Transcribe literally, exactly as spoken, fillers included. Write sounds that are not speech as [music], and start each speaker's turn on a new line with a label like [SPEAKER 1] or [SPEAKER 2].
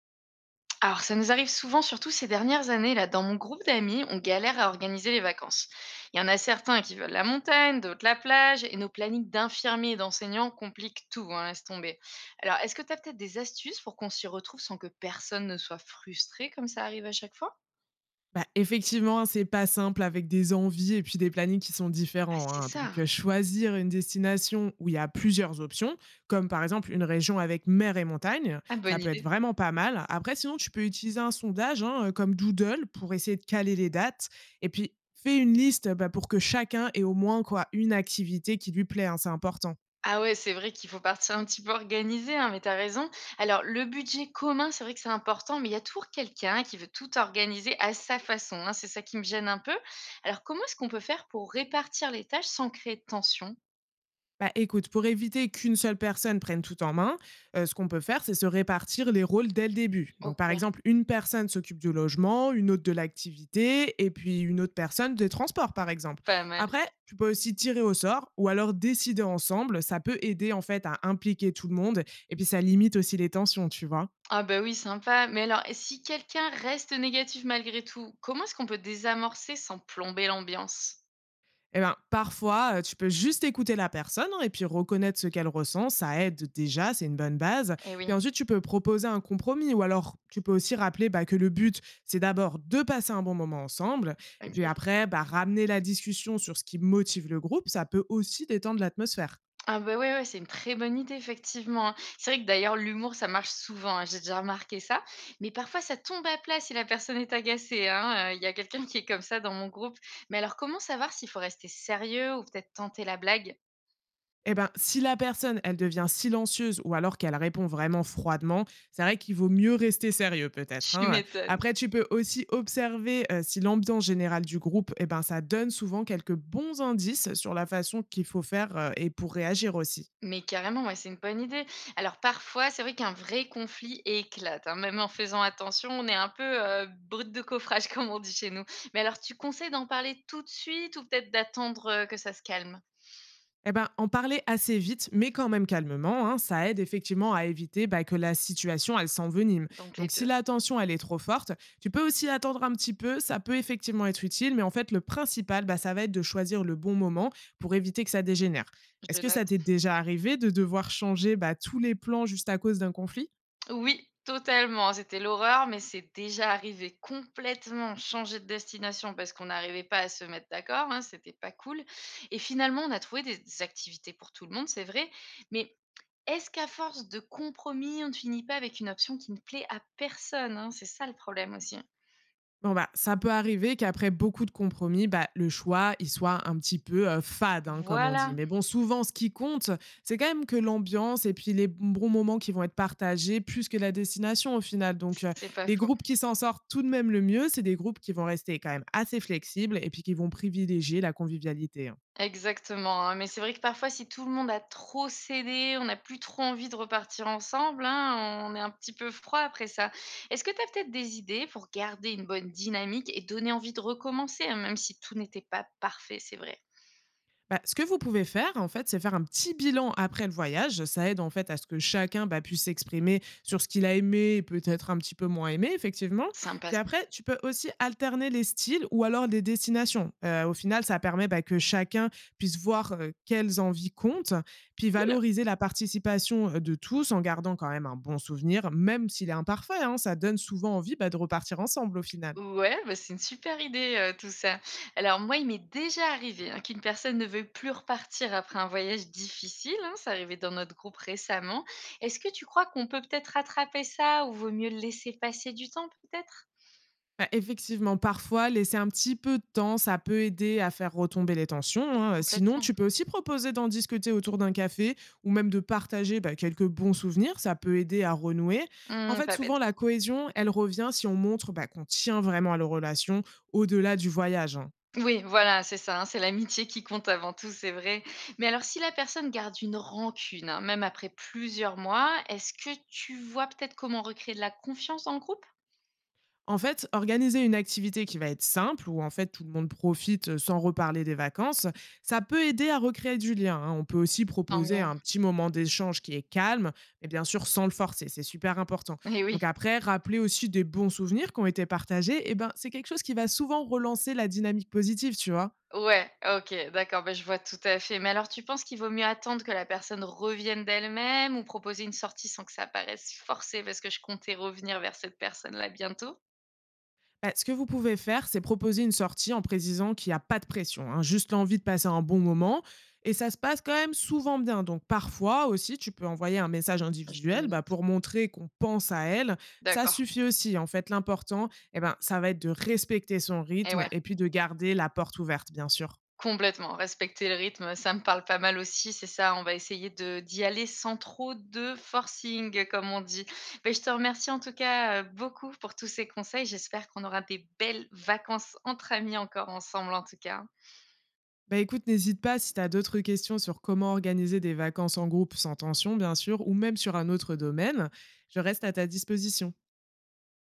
[SPEAKER 1] Alors, ça nous arrive souvent, surtout ces dernières années, là, dans mon groupe d'amis, on galère à organiser les vacances. Il y en a certains qui veulent la montagne, d'autres la plage, et nos plannings d'infirmiers et d'enseignants compliquent tout, hein, laisse tomber. Alors, est-ce que tu as peut-être des astuces pour qu'on s'y retrouve sans que personne ne soit frustré, comme ça arrive à chaque fois?
[SPEAKER 2] Bah, effectivement, hein, c'est pas simple avec des envies et puis des plannings qui sont
[SPEAKER 1] Ah,
[SPEAKER 2] différents,
[SPEAKER 1] c'est
[SPEAKER 2] hein.
[SPEAKER 1] ça.
[SPEAKER 2] Donc, euh, choisir une destination où il y a plusieurs options, comme par exemple une région avec mer et montagne,
[SPEAKER 1] Ah,
[SPEAKER 2] ça
[SPEAKER 1] bonne
[SPEAKER 2] peut être
[SPEAKER 1] idée.
[SPEAKER 2] vraiment pas mal. Après, sinon, tu peux utiliser un sondage, hein, euh, comme Doodle pour essayer de caler les dates. Et puis, fais une liste, bah, pour que chacun ait au moins quoi une activité qui lui plaît, hein, c'est important.
[SPEAKER 1] Ah ouais, c'est vrai qu'il faut partir un petit peu organisé, hein, mais t'as raison. Alors, le budget commun, c'est vrai que c'est important, mais il y a toujours quelqu'un qui veut tout organiser à sa façon, hein, c'est ça qui me gêne un peu. Alors, comment est-ce qu'on peut faire pour répartir les tâches sans créer de tension?
[SPEAKER 2] Bah, écoute, pour éviter qu'une seule personne prenne tout en main, euh, ce qu'on peut faire, c'est se répartir les rôles dès le début. Donc,
[SPEAKER 1] Ok,
[SPEAKER 2] par exemple, une personne s'occupe du logement, une autre de l'activité, et puis une autre personne des transports, par exemple.
[SPEAKER 1] pas mal.
[SPEAKER 2] Après, tu peux aussi tirer au sort ou alors décider ensemble. Ça peut aider, en fait, à impliquer tout le monde, et puis ça limite aussi les tensions, tu vois.
[SPEAKER 1] Ah bah oui, sympa. Mais alors, et si quelqu'un reste négatif malgré tout, comment est-ce qu'on peut désamorcer sans plomber l'ambiance?
[SPEAKER 2] Eh ben, parfois, euh, tu peux juste écouter la personne, hein, et puis reconnaître ce qu'elle ressent. Ça aide déjà, c'est une bonne base.
[SPEAKER 1] Eh oui,
[SPEAKER 2] Puis ensuite, tu peux proposer un compromis ou alors tu peux aussi rappeler, bah, que le but, c'est d'abord de passer un bon moment ensemble. Et puis
[SPEAKER 1] exact.
[SPEAKER 2] après, bah, ramener la discussion sur ce qui motive le groupe, ça peut aussi détendre l'atmosphère.
[SPEAKER 1] Ah bah, ouais, ouais, c'est une très bonne idée effectivement, hein. C'est vrai que d'ailleurs l'humour ça marche souvent, hein, j'ai déjà remarqué ça. Mais parfois ça tombe à plat si la personne est agacée, hein, heu, il y a quelqu'un qui est comme ça dans mon groupe. Mais alors comment savoir s'il faut rester sérieux ou peut-être tenter la blague?
[SPEAKER 2] Eh ben, si la personne, elle devient silencieuse ou alors qu'elle répond vraiment froidement, c'est vrai qu'il vaut mieux rester sérieux peut-être,
[SPEAKER 1] Tu
[SPEAKER 2] hein.
[SPEAKER 1] m'étonnes.
[SPEAKER 2] Après, tu peux aussi observer, euh, si l'ambiance générale du groupe, eh ben, ça donne souvent quelques bons indices sur la façon qu'il faut faire, euh, et pour réagir aussi.
[SPEAKER 1] Mais carrément, ouais, c'est une bonne idée. Alors parfois, c'est vrai qu'un vrai conflit éclate, hein, même en faisant attention, on est un peu, heu, brute de coffrage [laughs] comme on dit chez nous. Mais alors tu conseilles d'en parler tout de suite ou peut-être d'attendre, heu, que ça se calme?
[SPEAKER 2] Eh ben, en parler assez vite, mais quand même calmement, hein, ça aide effectivement à éviter, bah, que la situation, elle s'envenime.
[SPEAKER 1] Donc les
[SPEAKER 2] Donc, si
[SPEAKER 1] deux,
[SPEAKER 2] la tension, elle est trop forte, tu peux aussi attendre un petit peu, ça peut effectivement être utile, mais en fait, le principal, bah, ça va être de choisir le bon moment pour éviter que ça dégénère. Est-ce
[SPEAKER 1] je
[SPEAKER 2] que ça
[SPEAKER 1] note.
[SPEAKER 2] t'est déjà arrivé de devoir changer, bah, tous les plans juste à cause d'un conflit?
[SPEAKER 1] Oui, totalement, c'était l'horreur, mais c'est déjà arrivé complètement changer de destination parce qu'on n'arrivait pas à se mettre d'accord, hein, c'était pas cool. Et finalement, on a trouvé des des activités pour tout le monde, c'est vrai, mais est-ce qu'à force de compromis, on ne finit pas avec une option qui ne plaît à personne, hein? C'est ça le problème aussi, hein.
[SPEAKER 2] Bon, bah, ça peut arriver qu'après beaucoup de compromis, bah, le choix, il soit un petit peu, heu, fade, hein, comme on dit.
[SPEAKER 1] Voilà,
[SPEAKER 2] Mais bon, souvent, ce qui compte, c'est quand même que l'ambiance et puis les bons moments qui vont être partagés plus que la destination, au final. Donc, heu
[SPEAKER 1] c'est pas.
[SPEAKER 2] les groupes qui s'en sortent tout de même le mieux, c'est des groupes qui vont rester quand même assez flexibles et puis qui vont privilégier la convivialité, hein.
[SPEAKER 1] Exactement, hein, mais c'est vrai que parfois, si tout le monde a trop cédé, on n'a plus trop envie de repartir ensemble, hein, on est un petit peu froid après ça. Est-ce que tu as peut-être des idées pour garder une bonne dynamique et donner envie de recommencer, hein, même si tout n'était pas parfait, c'est vrai?
[SPEAKER 2] Bah, ce que vous pouvez faire, en fait, c'est faire un petit bilan après le voyage. Ça aide, en fait, à ce que chacun, bah, puisse s'exprimer sur ce qu'il a aimé et peut-être un petit peu moins aimé, effectivement.
[SPEAKER 1] Sympa,
[SPEAKER 2] Puis
[SPEAKER 1] c'est
[SPEAKER 2] après, tu peux aussi alterner les styles ou alors les destinations. Euh, au final, ça permet, bah, que chacun puisse voir, euh, quelles envies comptent, puis
[SPEAKER 1] cool.
[SPEAKER 2] valoriser la participation, euh, de tous en gardant quand même un bon souvenir, même s'il est imparfait, hein. Ça donne souvent envie, bah, de repartir ensemble, au final.
[SPEAKER 1] Ouais, bah, c'est une super idée, heu, tout ça. Alors moi, il m'est déjà arrivé, hein, qu'une personne ne veuille plus repartir après un voyage difficile, hein, c'est arrivé dans notre groupe récemment. Est-ce que tu crois qu'on peut peut-être rattraper ça ou vaut mieux le laisser passer du temps peut-être?
[SPEAKER 2] Bah, effectivement, parfois, laisser un petit peu de temps, ça peut aider à faire retomber les tensions, hein. Euh, Sinon,
[SPEAKER 1] Complètement.
[SPEAKER 2] tu peux aussi proposer d'en discuter autour d'un café ou même de partager, bah, quelques bons souvenirs. Ça peut aider à renouer. En
[SPEAKER 1] Mmh,
[SPEAKER 2] fait,
[SPEAKER 1] pas bête.
[SPEAKER 2] souvent, la cohésion, elle revient si on montre, bah, qu'on tient vraiment à la relation au-delà du voyage, hein.
[SPEAKER 1] Oui, voilà, c'est ça, hein, c'est l'amitié qui compte avant tout, c'est vrai. Mais alors si la personne garde une rancune, hein, même après plusieurs mois, est-ce que tu vois peut-être comment recréer de la confiance dans le groupe?
[SPEAKER 2] En fait, organiser une activité qui va être simple, où en fait tout le monde profite, euh, sans reparler des vacances, ça peut aider à recréer du lien, hein. On peut aussi
[SPEAKER 1] Tant
[SPEAKER 2] proposer
[SPEAKER 1] mieux.
[SPEAKER 2] un petit moment d'échange qui est calme, mais bien sûr sans le forcer, c'est super important.
[SPEAKER 1] Eh oui.
[SPEAKER 2] Donc après, rappeler aussi des bons souvenirs qui ont été partagés, et ben, c'est quelque chose qui va souvent relancer la dynamique positive, tu vois.
[SPEAKER 1] Ouais, OK, d'accord, bah, je vois tout à fait. Mais alors tu penses qu'il vaut mieux attendre que la personne revienne d'elle-même ou proposer une sortie sans que ça paraisse forcé? Parce que je comptais revenir vers cette personne-là bientôt.
[SPEAKER 2] Bah, ce que vous pouvez faire, c'est proposer une sortie en précisant qu'il n'y a pas de pression, hein, juste l'envie de passer un bon moment. Et ça se passe quand même souvent bien. Donc parfois aussi, tu peux envoyer un message
[SPEAKER 1] Je me
[SPEAKER 2] individuel,
[SPEAKER 1] demande.
[SPEAKER 2] bah, pour montrer qu'on pense à elle. Ça
[SPEAKER 1] D'accord.
[SPEAKER 2] suffit aussi. En fait, l'important, eh ben, ça va être de respecter son
[SPEAKER 1] Et
[SPEAKER 2] rythme
[SPEAKER 1] ouais,
[SPEAKER 2] et puis de garder la porte ouverte, bien sûr.
[SPEAKER 1] complètement, respecter le rythme, ça me parle pas mal aussi, c'est ça, on va essayer de d'y aller sans trop de forcing, comme on dit. Beh, je te remercie en tout cas, heu, beaucoup pour tous ces conseils. J'espère qu'on aura des belles vacances entre amis encore ensemble en tout cas, hein.
[SPEAKER 2] Bah écoute, n'hésite pas si tu as d'autres questions sur comment organiser des vacances en groupe sans tension, bien sûr, ou même sur un autre domaine, je reste à ta disposition.